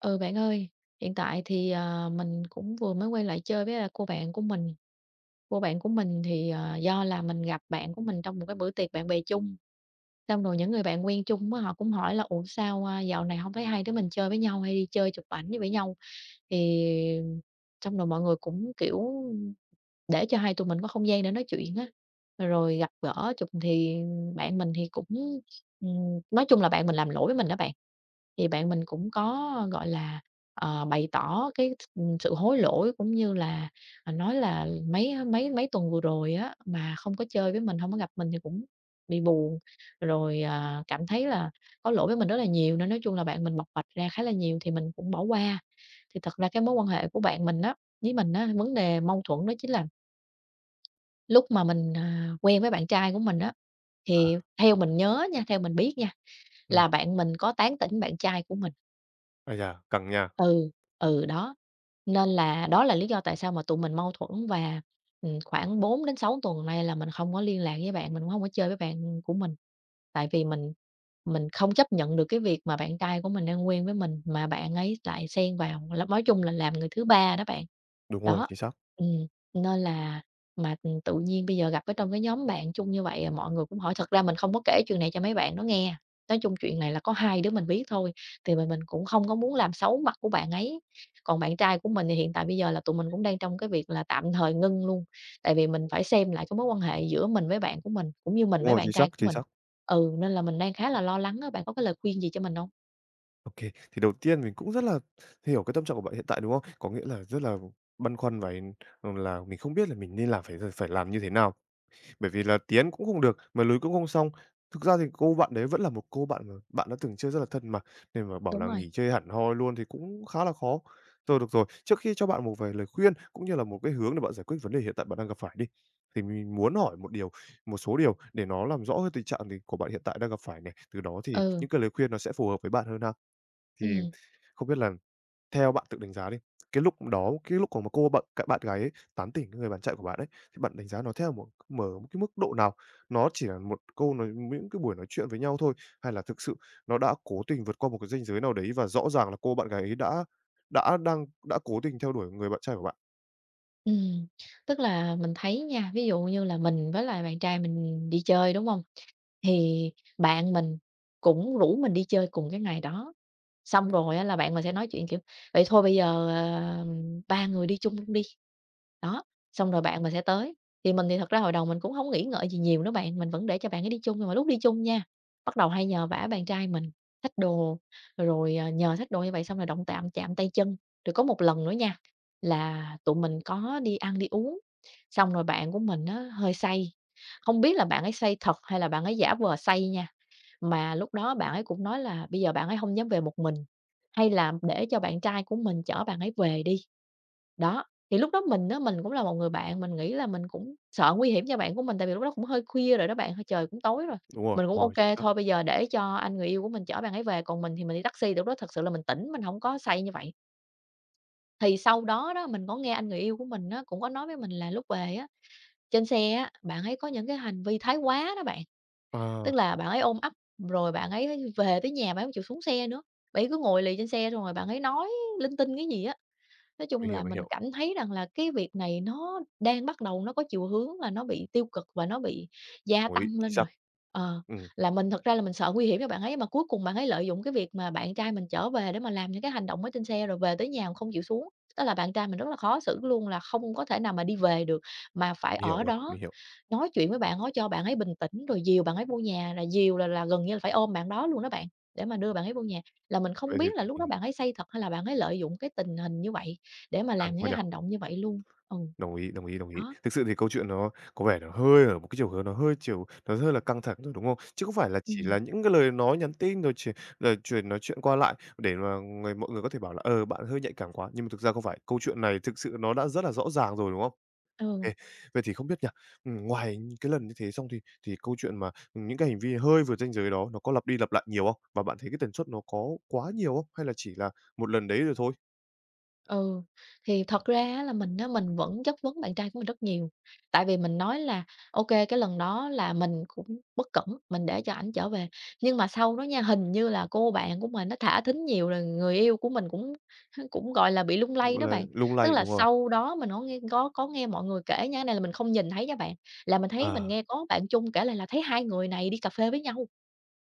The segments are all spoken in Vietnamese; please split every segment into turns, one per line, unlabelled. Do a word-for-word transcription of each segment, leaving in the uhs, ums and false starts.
Ừ, bạn ơi, hiện tại thì, ờ, mình cũng vừa mới quay lại chơi với, a, cô bạn của mình. Cô bạn của mình thì, ờ, do là mình gặp bạn của mình trong một cái bữa tiệc bạn bè chung, xong rồi những người bạn quen chung á, họ cũng hỏi là "Ủa, sao, a, dạo này không thấy hai đứa mình chơi với nhau, hay đi chơi chụp ảnh với nhau?" Thì xong rồi mọi người cũng, kiểu, để cho hai tụi mình có không gian để nói chuyện á, rồi gặp gỡ chụp thì bạn mình thì cũng ừm, nói chung là bạn mình làm lỗi với mình đó bạn. Thì bạn mình cũng có, gọi là, ờ, bày tỏ cái sự hối lỗi cũng như là, à, nói là mấy mấy mấy tuần vừa rồi á, mà không có chơi với mình, không có gặp mình thì cũng bị buồn, rồi, à, cảm thấy là có lỗi với mình rất là nhiều, nên nói chung là bạn mình bộc bạch ra khá là nhiều thì mình cũng bỏ qua. Thì thật ra cái mối quan hệ của bạn mình á, với mình á, vấn đề mâu thuẫn đó chính là lúc mà mình, à, quen với bạn trai của mình á, thì theo mình nhớ nha, theo mình biết nha,
Ừm,
là bạn mình có tán tỉnh bạn trai của mình.
ây da, căng nha.
Ừ, ừ, đó, nên là đó là lý do tại sao mà tụi mình mâu thuẫn và, ừm, khoảng bốn đến sáu tuần nay là mình không có liên lạc với bạn, mình cũng hông có chơi với bạn của mình. Tại vì mình mình không chấp nhận được cái việc mà bạn trai của mình đang quen với mình mà bạn ấy lại xen vào, l nói chung là làm người thứ ba đó bạn.
Đúng rồi,
Đó,
chính xác.
ừm, nên là mà, ừ, tự nhiên bây giờ gặp ở trong cái nhóm bạn chung như vậy, à, mọi người cũng hỏi. Thật ra mình không có kể chuyện này cho mấy bạn nó nghe, nói chung chuyện này là có hai đứa mình biết thôi, thì mà mình cũng không có muốn làm xấu mặt của bạn ấy. Còn bạn trai của mình thì hiện tại bây giờ là tụi mình cũng đang trong cái việc là tạm thời ngưng luôn, tại vì mình phải xem lại cái mối quan hệ giữa mình với bạn của mình, cũng như mình
Đúng
với
rồi,
bạn
chính xác,
trai của
chính
mình.
xác.
Ừ, nên là mình đang khá là lo lắng á, bạn có cái lời khuyên gì cho mình không?
Ô kê, thì đầu tiên mình cũng rất là hiểu cái tâm trạng của bạn hiện tại, đúng không? Có nghĩa là rất là băn khoăn và, ừm, là mình không biết là mình nên làm phải r phải làm như thế nào. Bởi vì là tiến cũng không được, mà lùi cũng không xong. Thực ra thì cô bạn đấy vẫn là một cô bạn mà bạn đã từng chơi rất là thân mà, nên mà bảo
Đúng
là
rồi.
nghỉ chơi hẳn hoi luôn thì cũng khá là khó. Rồi, được rồi, trước khi cho bạn một vài lời khuyên cũng như là một cái hướng để bạn giải quyết vấn đề hiện tại bạn đang gặp phải đi, thì mình muốn hỏi một điều một số điều để nó làm rõ hơn tình trạng thì của bạn hiện tại đang gặp phải này, từ đó thì
Ừ,
những cái lời khuyên nó sẽ phù hợp với bạn hơn ha. Thì
ừ,
không biết là theo bạn tự đánh giá đi, cái lúc đó, cái lúc của một cô bạn c bạn gái ấy tán tỉnh cái người bạn trai của bạn ấy, thì bạn đánh giá nó theo một mở một cái mức độ nào? Nó chỉ là một câu nói những cái buổi nói chuyện với nhau thôi, hay là thực sự nó đã cố tình vượt qua một cái ranh giới nào đấy và rõ ràng là cô bạn gái ấy đã đã đang đã cố tình theo đuổi người bạn trai của bạn?
ừm. Tức là mình thấy nha, ví dụ như là mình với lại bạn trai mình đi chơi, đúng không? Thì bạn mình cũng rủ mình đi chơi cùng cái ngày đó. Xong rồi á là bạn mình sẽ nói chuyện, kiểu: "Vậy thôi bây giờ, ờ, ba người đi chung luôn đi." Đó, xong rồi bạn mình sẽ tới. Thì mình thì thật ra hồi đầu mình cũng không nghĩ ngợi gì nhiều nữa bạn, mình vẫn để cho bạn ấy đi chung, nhưng mà lúc đi chung nha, bắt đầu hay nhờ vả bạn trai mình xách đồ, rồi, à, nhờ xách đồ như vậy xong rồi động tạm chạm tay chân. Rồi có một lần nữa nha, là tụi mình có đi ăn, đi uống, xong rồi bạn của mình nó hơi say, không biết là bạn ấy say thật hay là bạn ấy giả vờ say nha. Mà lúc đó bạn ấy cũng nói là bây giờ bạn ấy không dám về một mình, hay là để cho bạn trai của mình chở bạn ấy về đi. Đó, thì lúc đó mình á, mình cũng là một người bạn, mình nghĩ là mình cũng sợ nguy hiểm cho bạn của mình, tại vì lúc đó cũng hơi khuya rồi đó bạn, hơi trời cũng tối rồi.
Đúng rồi,
Mình cũng
đúng rồi, chính
ok
xác.
thôi bây giờ để cho anh người yêu của mình chở bạn ấy về, còn mình thì mình đi taxi, lúc đó thật sự là mình tỉnh, mình không có say như vậy. Thì sau đó đó, mình có nghe anh người yêu của mình á, cũng có nói với mình là lúc về á, trên xe á, bạn ấy có những cái hành vi thái quá đó bạn.
À,
Tức là bạn ấy ôm ấp, rồi bạn ấy về tới nhà bạn ấy hông chịu xuống xe nữa, bạn ấy cứ ngồi lì trên xe xong rồi bạn ấy nói linh tinh cái gì á. Nói chung
mình hiểu,
là
mình
mình
hiểu.
cảm thấy rằng là cái việc này nó đang bắt đầu nó có chiều hướng là nó bị tiêu cực và nó bị gia
Đồng ý,
tăng
chính
lên
xác.
rồi. Ờ,
Ừm,
là mình thật ra là mình sợ nguy hiểm cho bạn ấy, mà cuối cùng bạn ấy lợi dụng cái việc mà bạn trai mình trở về để mà làm những cái hành động ở trên xe, rồi về tới nhà mà không chịu xuống. Tức là bạn trai mình rất là khó xử luôn, là không có thể nào mà đi về được, mà phải
mình hiểu
ở
rồi,
đó,
mình hiểu.
nói chuyện với bạn đó cho bạn ấy bình tĩnh, rồi dìu bạn ấy vô nhà, là dìu là là gần như là phải ôm bạn đó luôn đó bạn, để mà đưa bạn ấy vô nhà. Là mình không
Vậy thì
biết là
tình
lúc đó
hình
bạn ấy say thật hay là bạn ấy lợi dụng cái tình hình như vậy để mà
căng
làm những
quá
cái
nhỉ?
hành động như vậy luôn? Ừ.
Đồng ý, đồng ý, đồng ý.
Đó,
Thực sự thì câu chuyện nó có vẻ nó hơi ở một cái chiều hướng nó hơi chiều nó hơi là căng thẳng rồi, đúng không? Chứ không phải là chỉ
ừm,
là những cái lời nói nhắn tin rồi chỉ rồi chuyện nói chuyện qua lại để mà người mọi người có thể bảo là, ờ, bạn hơi nhạy cảm quá, nhưng mà thực ra không phải, câu chuyện này thực sự nó đã rất là rõ ràng rồi, đúng không? Ô
ừ,
Vậy thì không biết nhỉ, ừm, ngoài những cái lần như thế xong thì thì câu chuyện mà, những cái hành vi hơi vượt ranh giới đó nó có lặp đi lặp lại nhiều không? Và bạn thấy cái tần suất nó có quá nhiều không? Hay là chỉ là một lần đấy rồi thôi,
ừ. Thì thật ra á là mình á, mình vẫn chất vấn bạn trai của mình rất nhiều, tại vì mình nói là ok, cái lần đó là mình cũng bất cẩn, mình để cho ảnh trở về." Nhưng mà sau đó nha, hình như là cô bạn của mình nó thả thính nhiều rồi người yêu của mình cũng cũng, gọi là, bị lung lay
gọi
đó
là,
bạn.
lung
Tức
lay
là
đúng rồi.
sau đó mình có nghe có có nghe mọi người kể nha, cái này là mình không nhìn thấy nha bạn, là mình thấy mình
À.
nghe có bạn chung kể lại là thấy hai người này đi cà phê với nhau.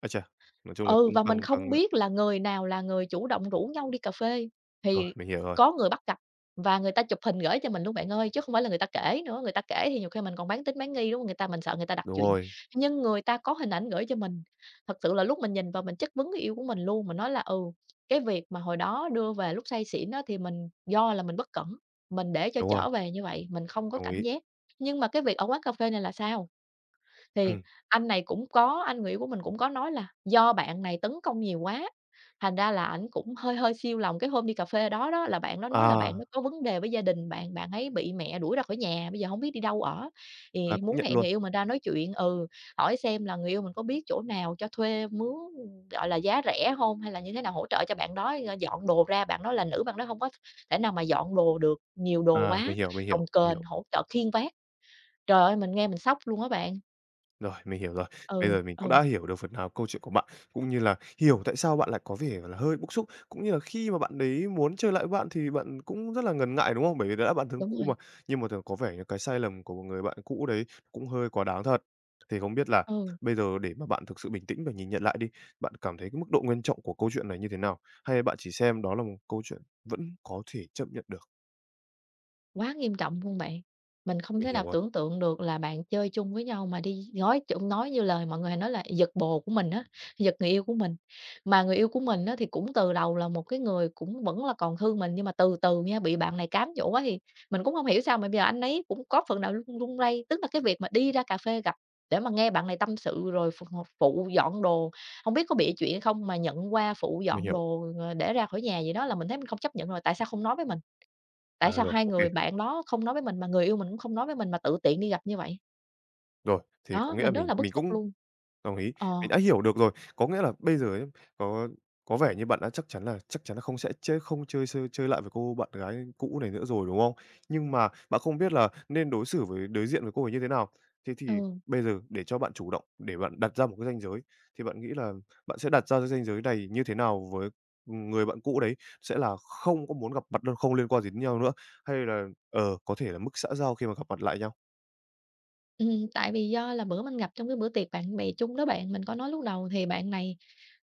Ái chà! Nói chung là
Ừ,
cũng
và mình
căng căng
không
á.
biết là người nào là người chủ động rủ nhau đi cà phê,
Rồi,
thì
mình hiểu rồi.
có người bắt gặp và người ta chụp hình gửi cho mình luôn bạn ơi, chứ không phải là người ta kể nữa, người ta kể thì nhiều khi mình còn bán tín bán nghi, đúng không? Người ta mình sợ người ta đặt
Đúng
chuyện,
rồi,
nhưng người ta có hình ảnh gửi cho mình. Thật sự là lúc mình nhìn vào mình chất vấn người yêu của mình luôn, mình nói là "Ừ, cái việc mà hồi đó đưa về lúc say xỉn đó thì mình do là mình bất cẩn, mình để cho
đúng rồi,
trở về như vậy, mình không có
đồng
cảnh
ý.
giác, nhưng mà cái việc ở quán cà phê này là sao?" Thì
Ừm,
anh này cũng có anh người yêu của mình cũng có nói là do bạn này tấn công nhiều quá, thành ra là ảnh cũng hơi hơi xiêu lòng. Cái hôm đi cà phê đó đó là bạn đó nói là bạn
à,
nó có vấn đề với gia đình bạn, bạn ấy bị mẹ đuổi ra khỏi nhà, bây giờ không biết đi đâu ở,
là
thì
cũng
muốn
nhận
hẹn
luôn.
người yêu mình ra nói chuyện, ừ, hỏi xem là người yêu mình có biết chỗ nào cho thuê mướn, gọi là, giá rẻ không hay là như thế nào hỗ trợ cho bạn đó, ờ, dọn đồ ra. Bạn đó là nữ, bạn đó không có thể nào mà dọn đồ được, nhiều đồ
À,
quá,
mình hiểu, mình
cồng
hiểu, mình
kềnh,
hiểu.
hỗ trợ khiêng vác. Trời ơi, mình nghe mình sốc luôn á bạn.
Rồi, mình hiểu rồi. Bây
Ừ,
giờ mình cũng
ừ.
đã hiểu được phần nào câu chuyện của bạn, cũng như là hiểu tại sao bạn lại có vẻ là hơi bức xúc, cũng như là khi mà bạn đấy muốn chơi lại với bạn thì bạn cũng rất là ngần ngại, đúng không? Bởi vì đã là bạn thân
Đúng
cũ mà.
rồi,
Nhưng mà thường có vẻ như cái sai lầm của một người bạn cũ đấy cũng hơi quá đáng thật. Thì không biết là
ừ,
bây giờ để mà bạn thực sự bình tĩnh và nhìn nhận lại đi, bạn cảm thấy cái mức độ nghiêm trọng của câu chuyện này như thế nào? Hay bạn chỉ xem đó là một câu chuyện vẫn có thể chấp nhận được?
quá nghiêm trọng luôn bạn. Mình không
Mình
thể
hiểu
nào
rồi,
tưởng tượng được là bạn chơi chung với nhau mà đi nói chung nói như lời mọi người hay nói là giật bồ của mình á, giật người yêu của mình. Mà người yêu của mình á, thì cũng từ đầu là một cái người cũng vẫn là còn thương mình, nhưng mà từ từ nha, bị bạn này cám dỗ á thì mình cũng không hiểu sao mà bây giờ anh ấy cũng có phần nào run run rây. Tức là cái việc mà đi ra cà phê gặp để mà nghe bạn này tâm sự rồi phụ, phụ dọn đồ, không biết có bịa chuyện không mà nhận qua phụ
mình
dọn
hiểu.
đồ, ờ, để ra khỏi nhà gì đó là mình thấy mình không chấp nhận rồi, tại sao không nói với mình?
À,
Tại sao
rồi,
hai
ok.
người bạn đó không nói với mình mà người yêu mình cũng không nói với mình mà tự tiện đi gặp như vậy?
Rồi, thì có
Đó,
nghĩa là
mình rất
mình
là bức
mình
xúc
cũng
luôn.
đồng ý,
Ờ,
mình đã hiểu được rồi. Có nghĩa là bây giờ ấy, có có vẻ như bạn đã chắc chắn là chắc chắn là không sẽ chơi không chơi sơi chơi lại với cô bạn gái cũ này nữa rồi, đúng không? Nhưng mà bạn không biết là nên đối xử với đối diện với cô ấy như thế nào. Thế thì
ừ,
bây giờ để cho bạn chủ động, để bạn đặt ra một cái ranh giới, thì bạn nghĩ là bạn sẽ đặt ra cái ranh giới này như thế nào với, ừ, người bạn cũ đấy? Sẽ là không có muốn gặp mặt đâu, không liên quan gì đến nhau nữa, hay là, ờ, có thể là mức xã giao khi mà gặp mặt lại nhau?
ừm, tại vì do là bữa mình gặp trong cái bữa tiệc bạn bè chung đó bạn, mình có nói lúc đầu thì bạn này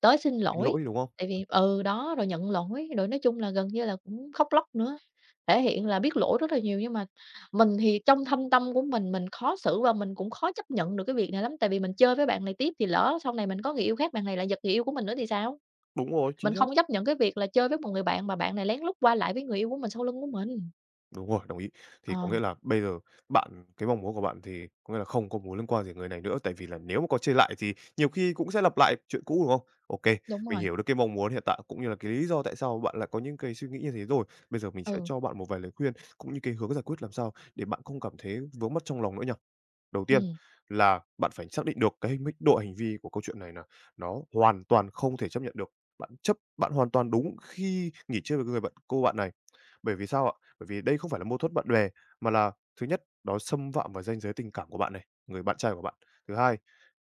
tới xin
Xin
lỗi,
lỗi, đúng không?
tại vì ừ, đó, rồi nhận lỗi, rồi nói chung là gần như là cũng khóc lóc nữa, thể hiện là biết lỗi rất là nhiều. Nhưng mà mình thì trong thâm tâm của mình, mình khó xử và mình cũng khó chấp nhận được cái việc này lắm, tại vì mình chơi với bạn này tiếp thì lỡ sau này mình có người yêu khác, bạn này lại giật người yêu của mình nữa thì sao?
Đúng rồi, chính
Mình
xác.
không có chấp nhận cái việc là chơi với một người bạn mà bạn này lén lút qua lại với người yêu của mình sau lưng của mình.
Đúng rồi, đồng ý. Thì có
Ờ,
nghĩa là bây giờ bạn cái mong muốn của bạn thì có nghĩa là không có muốn liên quan gì người này nữa, tại vì là nếu mà có chê lại thì nhiều khi cũng sẽ lặp lại chuyện cũ, đúng không? OK,
đúng
mình
rồi,
hiểu được cái mong muốn hiện tại cũng như là cái lý do tại sao bạn lại có những cái suy nghĩ như thế rồi. Bây giờ mình sẽ
ừ,
cho bạn một vài lời khuyên cũng như cái hướng giải quyết làm sao để bạn không cảm thấy vướng mắc trong lòng nữa nhỉ. Đầu tiên
ừm,
là bạn phải xác định được cái hình mức độ hành vi của câu chuyện này là nó hoàn toàn không thể chấp nhận được. Bạn chấp bạn hoàn toàn đúng khi nghỉ chơi với người bạn cô bạn này. Bởi vì sao ạ? Bởi vì đây không phải là mâu thuẫn bạn bè, mà là thứ nhất nó xâm phạm vào ranh giới tình cảm của bạn này, người bạn trai của bạn. Thứ hai,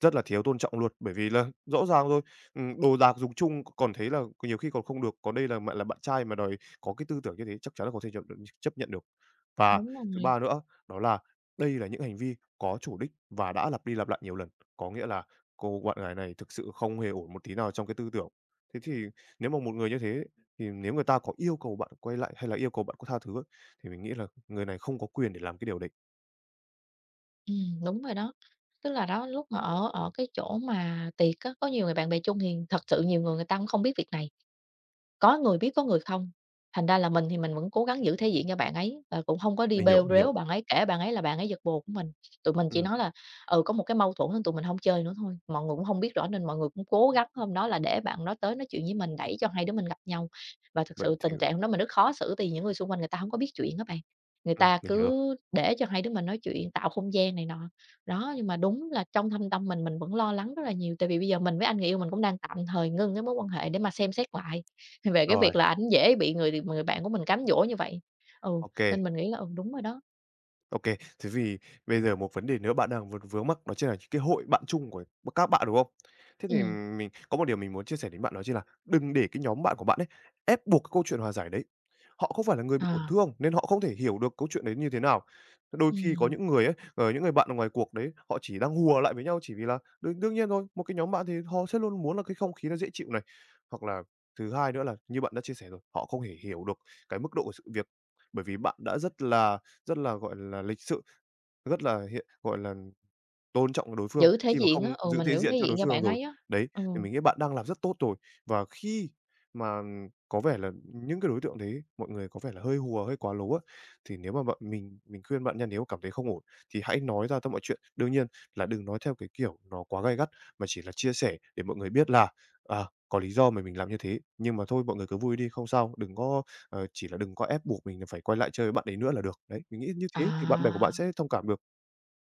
rất là thiếu tôn trọng luôn, bởi vì là rõ ràng rồi, ừm, đồ đạc dùng chung còn thấy là nhiều khi còn không được, còn đây là bạn là bạn trai mà đòi có cái tư tưởng như thế chắc chắn là không thể chấp chấp nhận được. Và
đúng
thứ
rồi,
ba nữa đó là đây là những hành vi có chủ đích và đã lặp đi lặp lại nhiều lần, có nghĩa là cô bạn gái này thực sự không hề ổn một tí nào trong cái tư tưởng. Thế thì nếu mà một người như thế thì nếu người ta có yêu cầu bạn quay lại hay là yêu cầu bạn có tha thứ ấy, thì mình nghĩ là người này không có quyền để làm cái điều đấy.
ừm, đúng rồi đó. Tức là đó, lúc mà ở ở cái chỗ mà tiệc á, có nhiều người bạn bè chung thì thật sự nhiều người người ta cũng không biết việc này. Có người biết có người không, thành ra là mình thì mình vẫn cố gắng giữ thể diện cho bạn ấy, và cũng không có đi
Mình hiểu,
bêu
mình
rếu
hiểu.
bạn ấy, kể bạn ấy là bạn ấy giật bồ của mình. Tụi mình chỉ
Ừm,
nói là, ừ, có một cái mâu thuẫn nên tụi mình không chơi nữa thôi, mọi người cũng không biết rõ nên mọi người cũng cố gắng hôm đó là để bạn đó tới nói chuyện với mình, đẩy cho hai đứa mình gặp nhau. Và thực
vậy
sự
thì
tình trạng hôm đó mình rất khó xử tại vì những người xung quanh người ta không có biết chuyện á bạn, người
ừm,
ta
mình hiểu rồi.
cứ để cho hai đứa mình nói chuyện, tạo không gian này nọ. Đó, nhưng mà đúng là trong thâm tâm mình, mình vẫn lo lắng rất là nhiều, tại vì bây giờ mình với anh người yêu mình cũng đang tạm thời ngưng cái mối quan hệ để mà xem xét lại. Về cái việc
Rồi,
là ảnh dễ bị người người bạn của mình cám dỗ như vậy. Ừ,
ô kê.
nên mình nghĩ là, ừ, đúng rồi đó.
OK, thế vì bây giờ một vấn đề nữa bạn đang vướng vướng mắc đó chính là những cái hội bạn chung của b- các bạn, đúng không? Thế thì
ừ,
mình có một điều mình muốn chia sẻ đến bạn đó chính là đừng để cái nhóm bạn của bạn ấy ép buộc cái câu chuyện hòa giải đấy. Họ không phải là người bị tổn
à,
thương nên họ không thể hiểu được câu chuyện đấy như thế nào. Đôi khi có
ừm,
những người ấy, ờ, những người bạn ở ngoài cuộc đấy, họ chỉ đang hùa lại với nhau chỉ vì là đương đương nhiên thôi, một cái nhóm bạn thì họ sẽ luôn muốn là cái không khí nó dễ chịu này. Hoặc là thứ hai nữa là như bạn đã chia sẻ rồi, họ không thể hiểu được cái mức độ của sự việc, bởi vì bạn đã rất là rất là, gọi là, lịch sự, rất là hiện gọi là tôn trọng đối phương
Giữ thể
khi mà
diện á,
không
ừ,
giữ
mình
thể
giữ
diện
thể
cho
diện
đối
cho
phương
bạn
rồi.
ấy á.
Đấy,
Ừ,
thì mình nghĩ bạn đang làm rất tốt rồi. Và khi mà có vẻ là những cái đối tượng đấy, mọi người có vẻ là hơi hùa, hơi quá lố á, thì nếu mà bạn mình mình khuyên bạn nha, nếu cảm thấy không ổn thì hãy nói ra tất mọi chuyện. Đương nhiên là đừng nói theo cái kiểu nó quá gay gắt, mà chỉ là chia sẻ để mọi người biết là, à, có lý do mà mình làm như thế, nhưng mà thôi mọi người cứ vui đi, không sao, đừng có, ờ, chỉ là đừng có ép buộc mình là phải quay lại chơi với bạn ấy nữa là được. Đấy, mình nghĩ như thế thì bạn bè của
à.
bạn sẽ thông cảm được.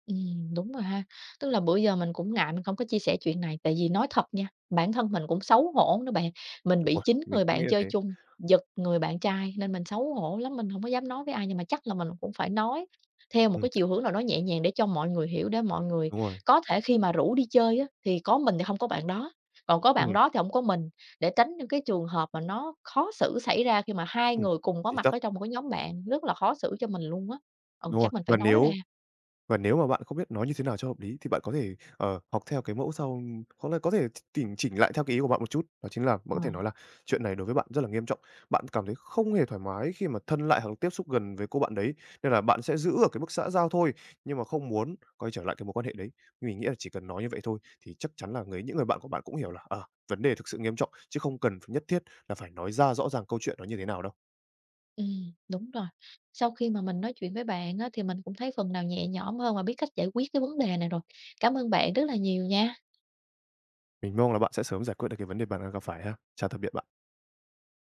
Ừm, đúng rồi ha. Tức là bữa giờ mình cũng ngại mình không có chia sẻ chuyện này, tại vì nói thật nha, bản thân mình cũng xấu hổ nữa bạn. Mình
Đúng
bị
rồi,
chín
mình
người
cũng nghĩ
bạn
là
chơi
thế.
chung, giật người bạn trai nên mình xấu hổ lắm, mình không có dám nói với ai, nhưng mà chắc là mình cũng phải nói theo một
Ừm.
cái chiều hướng nào đó nhẹ nhàng để cho mọi người hiểu, để mọi người
Đúng rồi.
có thể khi mà rủ đi chơi á, thì có mình thì không có bạn đó, còn có bạn
Ừm,
đó thì không có mình, để tránh những cái trường hợp mà nó khó xử xảy ra khi mà hai
ừm,
người cùng có
chính
mặt
xác,
ở trong một cái nhóm bạn, rất là khó xử cho mình luôn á. Ừ,
đúng rồi.
chắc mình phải
Và
nói ra.
nếu và nếu mà bạn không biết nói như thế nào cho hợp lý thì bạn có thể, ờ, học theo cái mẫu sau hoặc là có thể ch chỉnh chỉnh lại theo cái ý của bạn một chút. Đó chính là bạn
Ờ.
có thể nói là "Chuyện này đối với bạn rất là nghiêm trọng, bạn cảm thấy không hề thoải mái khi mà thân lại hoặc là tiếp xúc gần với cô bạn đấy, nên là bạn sẽ giữ ở cái mức xã giao thôi, nhưng mà không muốn quay trở lại cái mối quan hệ đấy." Mình nghĩ là chỉ cần nói như vậy thôi thì chắc chắn là người những người bạn của bạn cũng hiểu là, à, vấn đề thực sự nghiêm trọng, chứ không cần phải nhất thiết là phải nói ra rõ ràng câu chuyện nó như thế nào đâu.
Ừm, đúng rồi. Sau khi mà mình nói chuyện với bạn á, thì mình cũng thấy phần nào nhẹ nhõm hơn và biết cách giải quyết cái vấn đề này rồi. Cảm ơn bạn rất là nhiều nha.
Mình mong là bạn sẽ sớm giải quyết được cái vấn đề bạn đang gặp phải ha. Chào tạm biệt bạn.